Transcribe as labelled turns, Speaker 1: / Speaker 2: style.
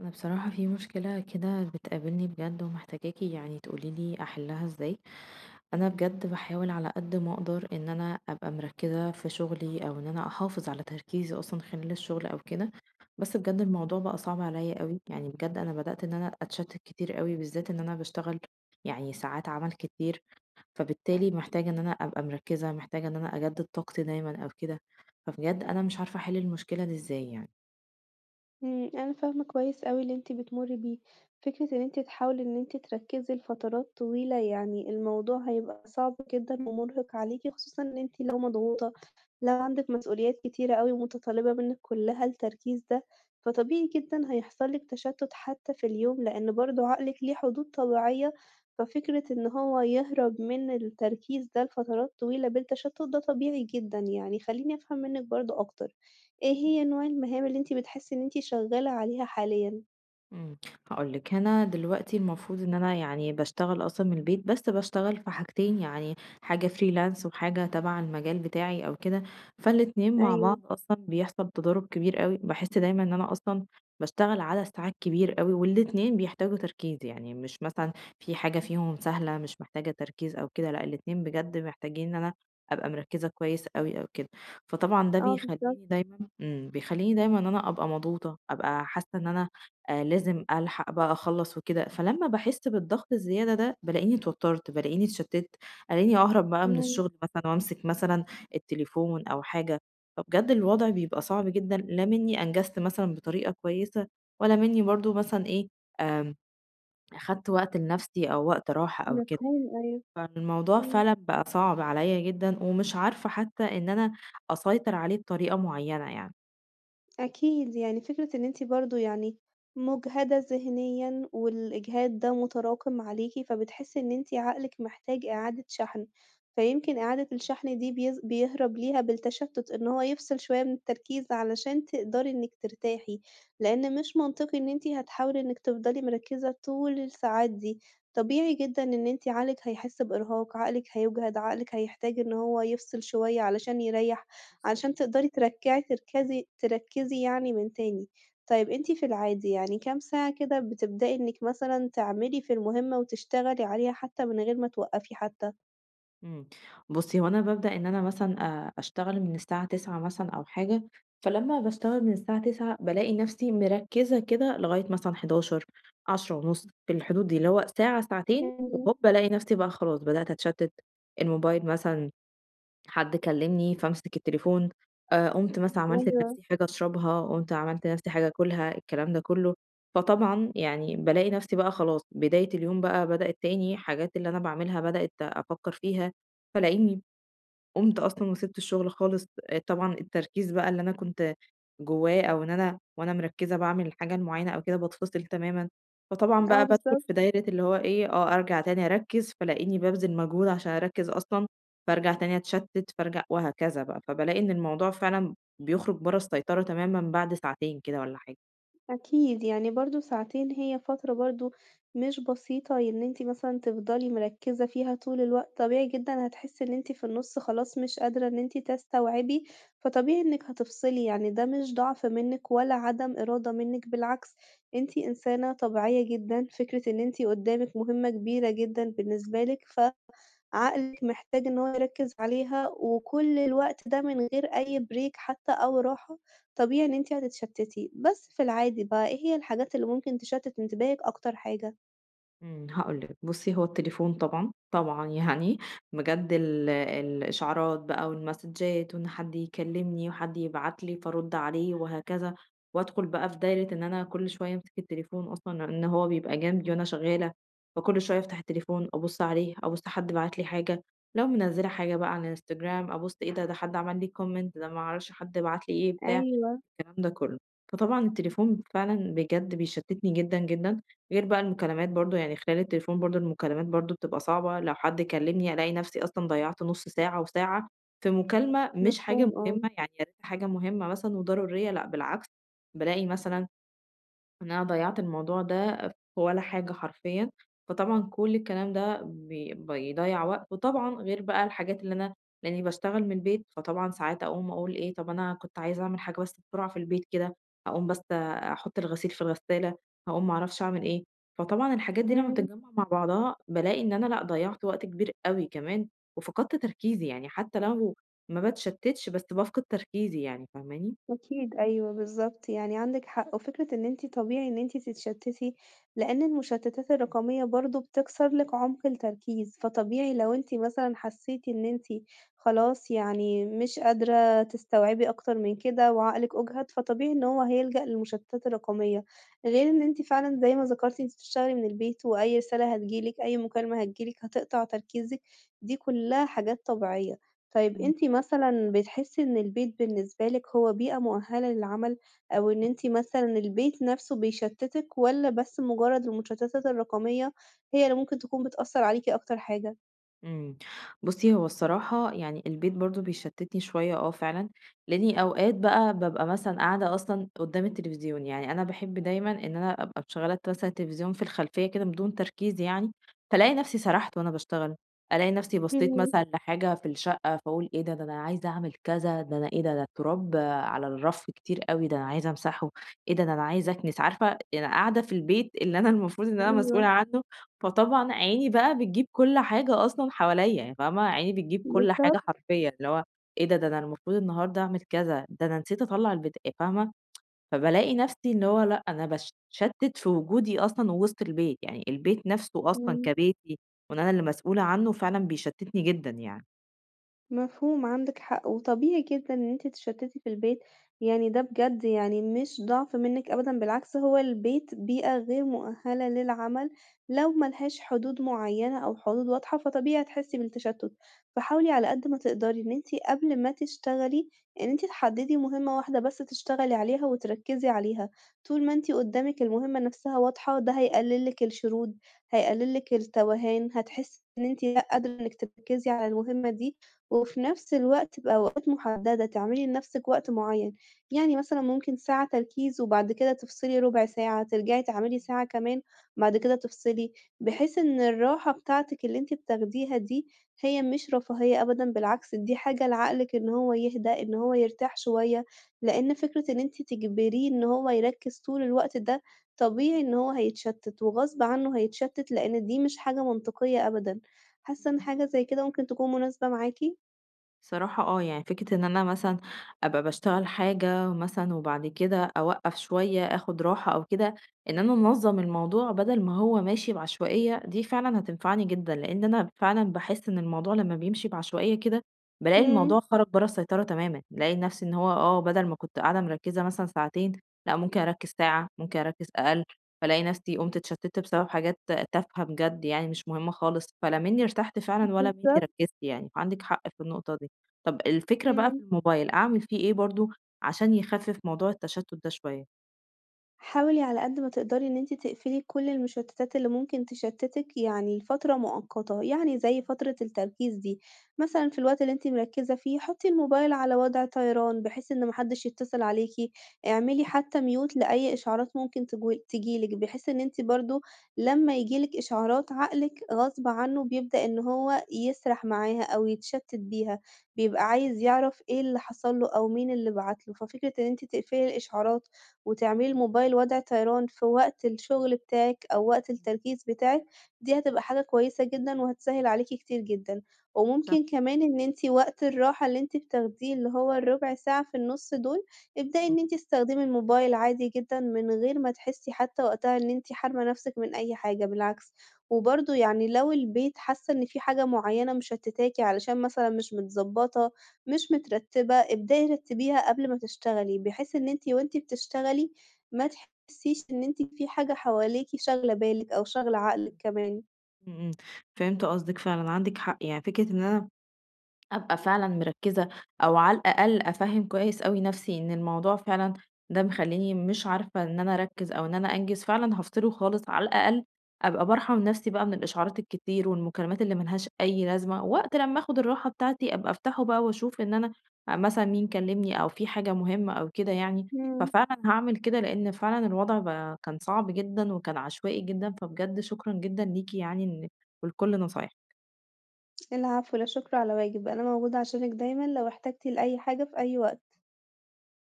Speaker 1: انا بصراحة في مشكلة كده بتقابلني بجد ومحتاجاكي يعني تقوليلي احلها ازاي. انا بجد بحاول على قد ما اقدر ان انا ابقى مركزة في شغلي او ان انا احافظ على تركيزي اصلا خلال الشغل او كده. بس بجد الموضوع بقى صعب عليا قوي يعني بجد انا بدأت ان انا اتشتت كتير قوي بالذات ان انا بشتغل يعني ساعات عمل كتير. فبالتالي محتاجة ان انا ابقى مركزة محتاجة ان انا اجدد طاقتي دايما او كده. فبجد انا مش عارفة احل المشكلة دي ازاي يعني.
Speaker 2: أنا فاهمة كويس أوي اللي أنتِ بتمُرّي بيه، فكرة إن أنتِ تحاولي إن أنتِ تركّزي لفترات طويلة يعني الموضوع هيبقى صعب جدًا ومُرهِق عليكِ، خصوصًا إن أنتِ لو مضغوطة، لو عندِك مسؤوليات كتيرة أوي متطلبة منِّك كلّها التركيز ده، فطبيعي جدًا هيحصل لِك تشتُّت حتى في اليوم، لإن برضه عقلِك ليه حدود طبيعية، ففكرة إن هو يهرب من التركيز ده لفترات طويلة بالتشتُّت ده طبيعي جدًا يعني، خلّيني أفهم منِّك برضه أكتر. إيه هي نوع المهام اللي أنتِ بتحسّي إن أنتِ شغّالة عليها حاليًا؟
Speaker 1: إمم، هاقول لِك أنا دلوقتي المفروض إن أنا يعني باشتغل أصلًا من البيت، بس باشتغل في حاجتين يعني حاجة freelance وحاجة تبع المجال بتاعي أو كده، فالاتنين مع
Speaker 2: أيوه،
Speaker 1: بعض أصلًا بيحصل تضارب كبير أوي، باحس دايمًا إن أنا أصلًا باشتغل عدد ساعات كبير أوي، والاتنين بيحتاجوا تركيز، يعني مش مثلًا في حاجة فيهم سهلة مش محتاجة تركيز أو كده، لأ الاتنين بجد محتاجين إن أنا أبقى مركّزة كويس أوي أو كده، فطبعًا ده
Speaker 2: آه
Speaker 1: بيخلّيني
Speaker 2: بالضبط،
Speaker 1: دايمًا إمم، بيخلّيني دايمًا إن أنا أبقى مضغوطة، أبقى حاسة إن أنا لازم ألحق بقى أخلّص وكده، فلمّا باحس بالضغط الزيادة ده بالاقيني اتوترت، بالاقيني اتشتِّتّ، ألاقيني أهرب بقى من
Speaker 2: إمم،
Speaker 1: الشغل مثلًا وأمسك مثلًا التليفون أو حاجة، فبجد الوضع بيبقى صعب جدًا، لا منّي أنجزت مثلًا بطريقة كويسة، ولا منّي برضه مثلًا إيه، آمم، أخدت وقت لنفسي أو وقت راحة أو كده يعني.
Speaker 2: مفهوم أيوه،
Speaker 1: فالموضوع
Speaker 2: إمم.
Speaker 1: فعلًا بقى صعب عليّا جدًا، ومش عارفة حتى إن أنا أسيطر عليه بطريقة معيّنة يعني.
Speaker 2: أكيد، يعني فكرة إن أنتِ برضه يعني مُجهدة ذهنيًا والإجهاد ده متراكم عليكِ، فبتحسّي إن أنتِ عقلِك محتاج إعادة شحن، فيمكن إعادة الشحن دي بيهرب ليها بالتشتُّت، إن هو يفصل شوية من التركيز علشان تقدري إنِّك ترتاحي، لإن مش منطقي إن أنتِ هتحاولي إنِّك تفضلي مركّزة طول الساعات دي، طبيعي جدًا إن أنتِ عقلِك هيحس بإرهاق، عقلِك هيُجهد، عقلِك هيحتاج إن هو يفصل شوية علشان يريّح. علشان تقدري تركّعي تركزي تركّزي يعني من تاني. طيب أنتِ في العادي يعني كام ساعة كده بتبدئي إنِّك مثلًا تعملي في المهمة وتشتغلي عليها حتى من غير ما توقّفي حتى؟
Speaker 1: إمم. بُصّي، هو أنا بابدأ إن أنا مثلًا أشتغل من الساعة 09:00 مثلًا أو حاجة، فلمّا باشتغل من الساعة 09:00 بالاقي نَفْسي مركِّزة كده لغاية مثلًا 11:00، 10:30 في الحدود دي، اللي هو ساعة، ساعتين
Speaker 2: إمم،
Speaker 1: وهوب ألاقي نَفْسي بقى خلاص بدأت أتشتِّت، الموبايل مثلًا حد كلمني فامسك التليفون، قُمت مثلًا عملت
Speaker 2: أيوه.
Speaker 1: لنفسي حاجة أشربها، قُمت عملت لنفسي حاجة آكلها، الكلام ده كله، فطبعًا يعني بالاقي نفسي بقى خلاص بداية اليوم بقى بدأت تاني، حاجات اللي أنا باعملها بدأت أفكر فيها، فالاقيني قُمت أصلًا وسِبت الشغل خالص، طبعًا التركيز بقى اللي أنا كنت جوّاه أو إن أنا وأنا مركّزة باعمل الحاجة المعيّنة أو كده باتفصل تمامًا، فطبعًا
Speaker 2: آه
Speaker 1: بقى بادخل
Speaker 2: بالضبط.
Speaker 1: في دايرة اللي هو إيه، آه أرجع تاني أركّز، فالاقيني بابذل مجهود عشان أركّز أصلًا، فارجع تاني أتشتت، فارجع وهكذا بقى، فبالاقي إن الموضوع فعلًا بيخرج برّه السيطرة تمامًا بعد ساعتين كده والّا حاجة.
Speaker 2: أكيد، يعني برضه ساعتين هي فترة برضه مش بسيطة إن أنتِ مثلًا تفضلي مركّزة فيها طول الوقت، طبيعي جدًا هتحسّي إن أنتِ في النُص خلاص مش قادرة إن أنتِ تستوعبي، فطبيعي إنِّك هتفصلي، يعني ده مش ضعف منِّك ولا عدم إرادة منِّك، بالعكس أنتِ إنسانة طبيعية جدًا، فكرة إن أنتِ قدّامِك مهمة كبيرة جدًا بالنسبة لِك، ف عقلك محتاج إن هو يركّز عليها، وكل الوقت ده من غير أي break حتى أو راحة، طبيعي إن أنتِ هتتشتّتي. بس في العادي بقى، إيه هي الحاجات اللي ممكن تشتِّت انتباهِك أكتر حاجة؟
Speaker 1: هاقول لِك، بُصّي هو التليفون طبعًا، طبعًا يعني بجد الإشعارات بقى والمسدجات وإن حد يكلمني وحد يبعت لي فارُد عليه وهكذا، وأدخل بقى في دايرة إن أنا كل شوية أمسك التليفون أصلًا لإن هو بيبقى جنبي وأنا شغالة، فكل شوية أفتح التليفون أبُص عليه، أبُص حد بعت لي حاجة، لو منزّلة حاجة بقى على الإنستجرام أبُص إيه ده، ده حد عمل لي comment ده ما أعرفش حد بعت لي إيه بتاع.
Speaker 2: أيوه،
Speaker 1: الكلام ده كله. فطبعًا التليفون فعلًا بجد بيشتتني جدًا، جدًا، غير بقى المكالمات برضه، يعني خلال التليفون برضه المكالمات برضه بتبقى صعبة، لو حد كلمني ألاقي نفسي أصلًا ضيّعت نُص ساعة وساعة في مكالمة مش حاجة
Speaker 2: مفهوم آه.
Speaker 1: مهمة، يعني يا ريتها حاجة مهمة مثلًا وضرورية، لأ بالعكس، بالاقي مثلًا أنا ضيّعت الموضوع ده في ولا حاجة حرفيًا، فطبعًا كل الكلام ده بيضيّع وقت، وطبعًا غير بقى الحاجات اللي أنا لإني باشتغل من البيت، فطبعًا ساعات أقوم أقول إيه، طَب أنا كنت عايزة أعمل حاجة بس بسرعة في البيت كده، هاقوم بس أحُط الغسيل في الغسالة، هاقوم ما أعرفش أعمل إيه، فطبعًا الحاجات دي لمّا
Speaker 2: إمم.
Speaker 1: بتتجمّع مع بعضها بالاقي إن أنا لأ، ضيّعت وقت كبير أوي كمان وفقدت تركيزي، يعني حتى لو ما باتشتِّتش بس بافقد تركيزي يعني، فاهماني؟
Speaker 2: أكيد أيوه بالضبط، يعني عندِك حق، وفكرة إن أنتِ طبيعي إن أنتِ تتشتتي، لإن المشتتات الرقمية برضه بتكسر لِك عمق التركيز، فطبيعي لو أنتِ مثلًا حسيتِ إن أنتِ خلاص يعني مش قادرة تستوعبي أكتر من كده وعقلِك أُجهد، فطبيعي إن هو هيلجأ للمشتتات الرقمية، غير إن
Speaker 1: بالضبط.
Speaker 2: أنتِ فعلًا زي ما ذكرتِ أنتِ بتشتغلي من البيت، وأي رسالة هتيجي لِك، أي مكالمة هتيجي لِك هتقطع تركيزِك، دي كلها حاجات طبيعية. طيب
Speaker 1: إمم،
Speaker 2: أنتِ مثلًا بتحسّي إن البيت بالنسبة لِك هو بيئة مؤهلة للعمل، أو إن
Speaker 1: إمم.
Speaker 2: أنتِ مثلًا البيت نفسه بيشتتِك، والّا بس مجرد المشتتات الرقمية هي اللي ممكن تكون بتأثّر عليكِ أكتر حاجة؟
Speaker 1: إمم. بُصّي، هو الصراحة يعني البيت برضه بيشتِّتني شوية آه فعلًا، لإنّي أوقات بقى بابقى مثلًا قاعدة أصلًا قُدّام التلفزيون، يعني أنا باحب دايمًا إن أنا أبقى مشغّلة مثلًا التلفزيون في الخلفية كده من دون تركيز يعني، فالاقي نَفْسي سرحت وأنا باشتغل، ألاقي نَفْسي بصّيت
Speaker 2: إمم،
Speaker 1: مثلًا لحاجة في الشقة فاقول إيه ده، ده أنا عايزة أعمل كذا، ده أنا إيه ده، ده التراب على الرَف كتير أوي، ده أنا عايزة أمسحه، إيه ده، ده أنا عايزة أكنس، عارفة أنا قاعدة في البيت اللي أنا المفروض إن أنا
Speaker 2: أيوه،
Speaker 1: مسؤولة عنّه، فطبعًا عيني بقى بتجيب كل حاجة أصلًا حواليّا، يعني فاهمة، عيني بتجيب كل حاجة
Speaker 2: بالضبط،
Speaker 1: حرفيًا، اللي هو إيه ده، ده أنا المفروض النهارده أعمل كذا، ده أنا نسيت أطلّع البتا فاهمة، فبالاقي نفسي اللي هو لأ، أنا باتشتت في وجودي أصلًا وسط البيت، يعني البيت نفسه أصلًا
Speaker 2: إمم.
Speaker 1: كبيتي وإن أنا اللي مسؤولة عنه فعلًا بيشتتني جدًا يعني.
Speaker 2: مفهوم، عندِك حق، وطبيعي جدًا إن أنتِ تتشتتي في البيت، يعني ده بجد يعني مش ضعف منِك أبدًا، بالعكس هو البيت بيئة غير مؤهلة للعمل لو ما لهاش حدود معينة أو حدود واضحة، فطبيعي هتحسي بالتشتت، فحاولي على قد ما تقدري إن أنتِ قبل ما تشتغلي، إن أنتِ تحددي مهمة واحدة بس تشتغلي عليها وتركزي عليها، طول ما أنتِ قدامِك المهمة نفسها واضحة، ده هيقلل لِك الشرود، هيقلل لِك التوهان، هتحسي إن أنتِ لأ قادرة إنِك تركزي على المهمة دي. وفي نفس الوقت بأوقات محددة، تعملي لنفسِك وقت معيّن، يعني مثلًا ممكن ساعة تركيز وبعد كده تفصلي ربع ساعة، ترجعي تعملي ساعة كمان، بعد كده تفصلي، بحيث إن الراحة بتاعتِك اللي أنتِ بتاخديها دي هي مش رفاهية أبدًا، بالعكس دي حاجة لعقلِك إن هو يهدى، إن هو يرتاح شوية، لإن فكرة إن أنتِ تجبريه إن هو يركّز طول الوقت ده، طبيعي إن هو هيتشتت وغصب عنّه هيتشتت لإن دي مش حاجة منطقية أبدًا. حاسة إن حاجة زي كده ممكن تكون مناسبة معاكِ؟
Speaker 1: صراحة آه، يعني فكرة إن أنا مثلًا أبقى باشتغل حاجة مثلًا وبعد كده أوقّف شوية، آخُد راحة أو كده، إن أنا أنظّم الموضوع بدل ما هو ماشي بعشوائية، دي فعلًا هتنفعني جدًا، لإن أنا فعلًا باحس إن الموضوع لمّا بيمشي بعشوائية كده، بالاقي
Speaker 2: إمم،
Speaker 1: الموضوع خرج برّه السيطرة تمامًا، بالاقي نَفْسي إن هو آه، بدل ما كنت قاعدة مركّزة مثلًا ساعتين، لأ ممكن أركّز ساعة، ممكن أركّز أقل، فالاقي نَفْسي قُمت اتشتِّت بسبب حاجات تافهة بجد يعني مش مهمة خالص، فلا منّي ارتحت فعلًا ولا منّي
Speaker 2: بالضبط،
Speaker 1: ركّزت يعني، فعندِك حق في النقطة دي. طب الفكرة بقى
Speaker 2: إمم.
Speaker 1: في الموبايل، أعمل فيه إيه برضه عشان يخفف موضوع التشتُّت ده شوية؟
Speaker 2: حاولي على قد ما تقدري إن أنتِ تقفلي كل المشتتات اللي ممكن تشتتِك يعني لفترة مؤقتة، يعني زي فترة التركيز دي، مثلًا في الوقت اللي أنتِ مركزة فيه حطي الموبايل على وضع طيران بحيث إن ما حدش يتصل عليكِ، اعملي
Speaker 1: إمم،
Speaker 2: حتى mute لأي إشعارات ممكن تيجي لِك، بحيث إن أنتِ برضه لما ييجي لِك إشعارات عقلِك غصب عنه بيبدأ إن هو يسرح معاها أو يتشتت بيها، بيبقى عايز يعرف إيه اللي حصل له أو مين اللي بعت له، ففكرة إن أنتِ تقفلي الإشعارات وتعملي الموبايل وضع طيران في وقت الشغل بتاعِك أو وقت
Speaker 1: إمم،
Speaker 2: التركيز بتاعِك، دي هتبقى حاجة كويسة جدًا وهتسهِّل عليكِ كتير جدًا.
Speaker 1: صح،
Speaker 2: وممكن كمان إن أنتِ وقت الراحة اللي أنتِ بتاخديه اللي هو الربع ساعة في النُص دول، ابدئي
Speaker 1: إمم، إمم.
Speaker 2: إن أنتِ تستخدمي الموبايل عادي جدًا من غير ما تحسّي حتى وقتها إن أنتِ حارمة نَفْسِك من أي حاجة بالعكس. وبرضه يعني لو البيت حاسة إن في حاجة معيّنة مشتتاكِ علشان مثلًا مش متضبّطة مش مترتبة، ابدئي رتّبيها قبل ما تشتغلي، بحيث إن أنتِ وأنتِ بتشتغلي ما تحسّيش إن أنتِ في حاجة حواليكِ شاغلة بالِك أو شاغلة عقلِك
Speaker 1: فهمت.
Speaker 2: كمان.
Speaker 1: إمم، إمم، فهمت قصدِك فعلًا، عندِك حق، يعني فكرة إن أنا أبقى فعلًا مركّزة أو على الأقل أفهّم كويس أوي نَفْسي إن الموضوع فعلًا ده مخلّيني مش عارفة إن أنا أركّز أو إن أنا أنجز، فعلًا هافصله خالص، على الأقل أبقى بارحم نَفْسي بقى من الإشعارات الكتير والمكالمات اللي ما لهاش أي لازمة، وقت لمّا آخُد الراحة بتاعتي أبقى أفتحه بقى وأشوف إن أنا مثلًا مين كلّمني أو في حاجة مهمة أو كده يعني،
Speaker 2: إمم.
Speaker 1: ففعلًا هاعمل كده لإن فعلًا الوضع بقى كان صعب جدًا وكان عشوائي جدًا، فبجد شكرًا جدًا ليكِ يعني إن ولكل نصايحِك.
Speaker 2: العفو، لا شُكر على واجب، أنا موجودة عشانِك دايمًا لو احتجتِ لأي حاجة في أي وقت.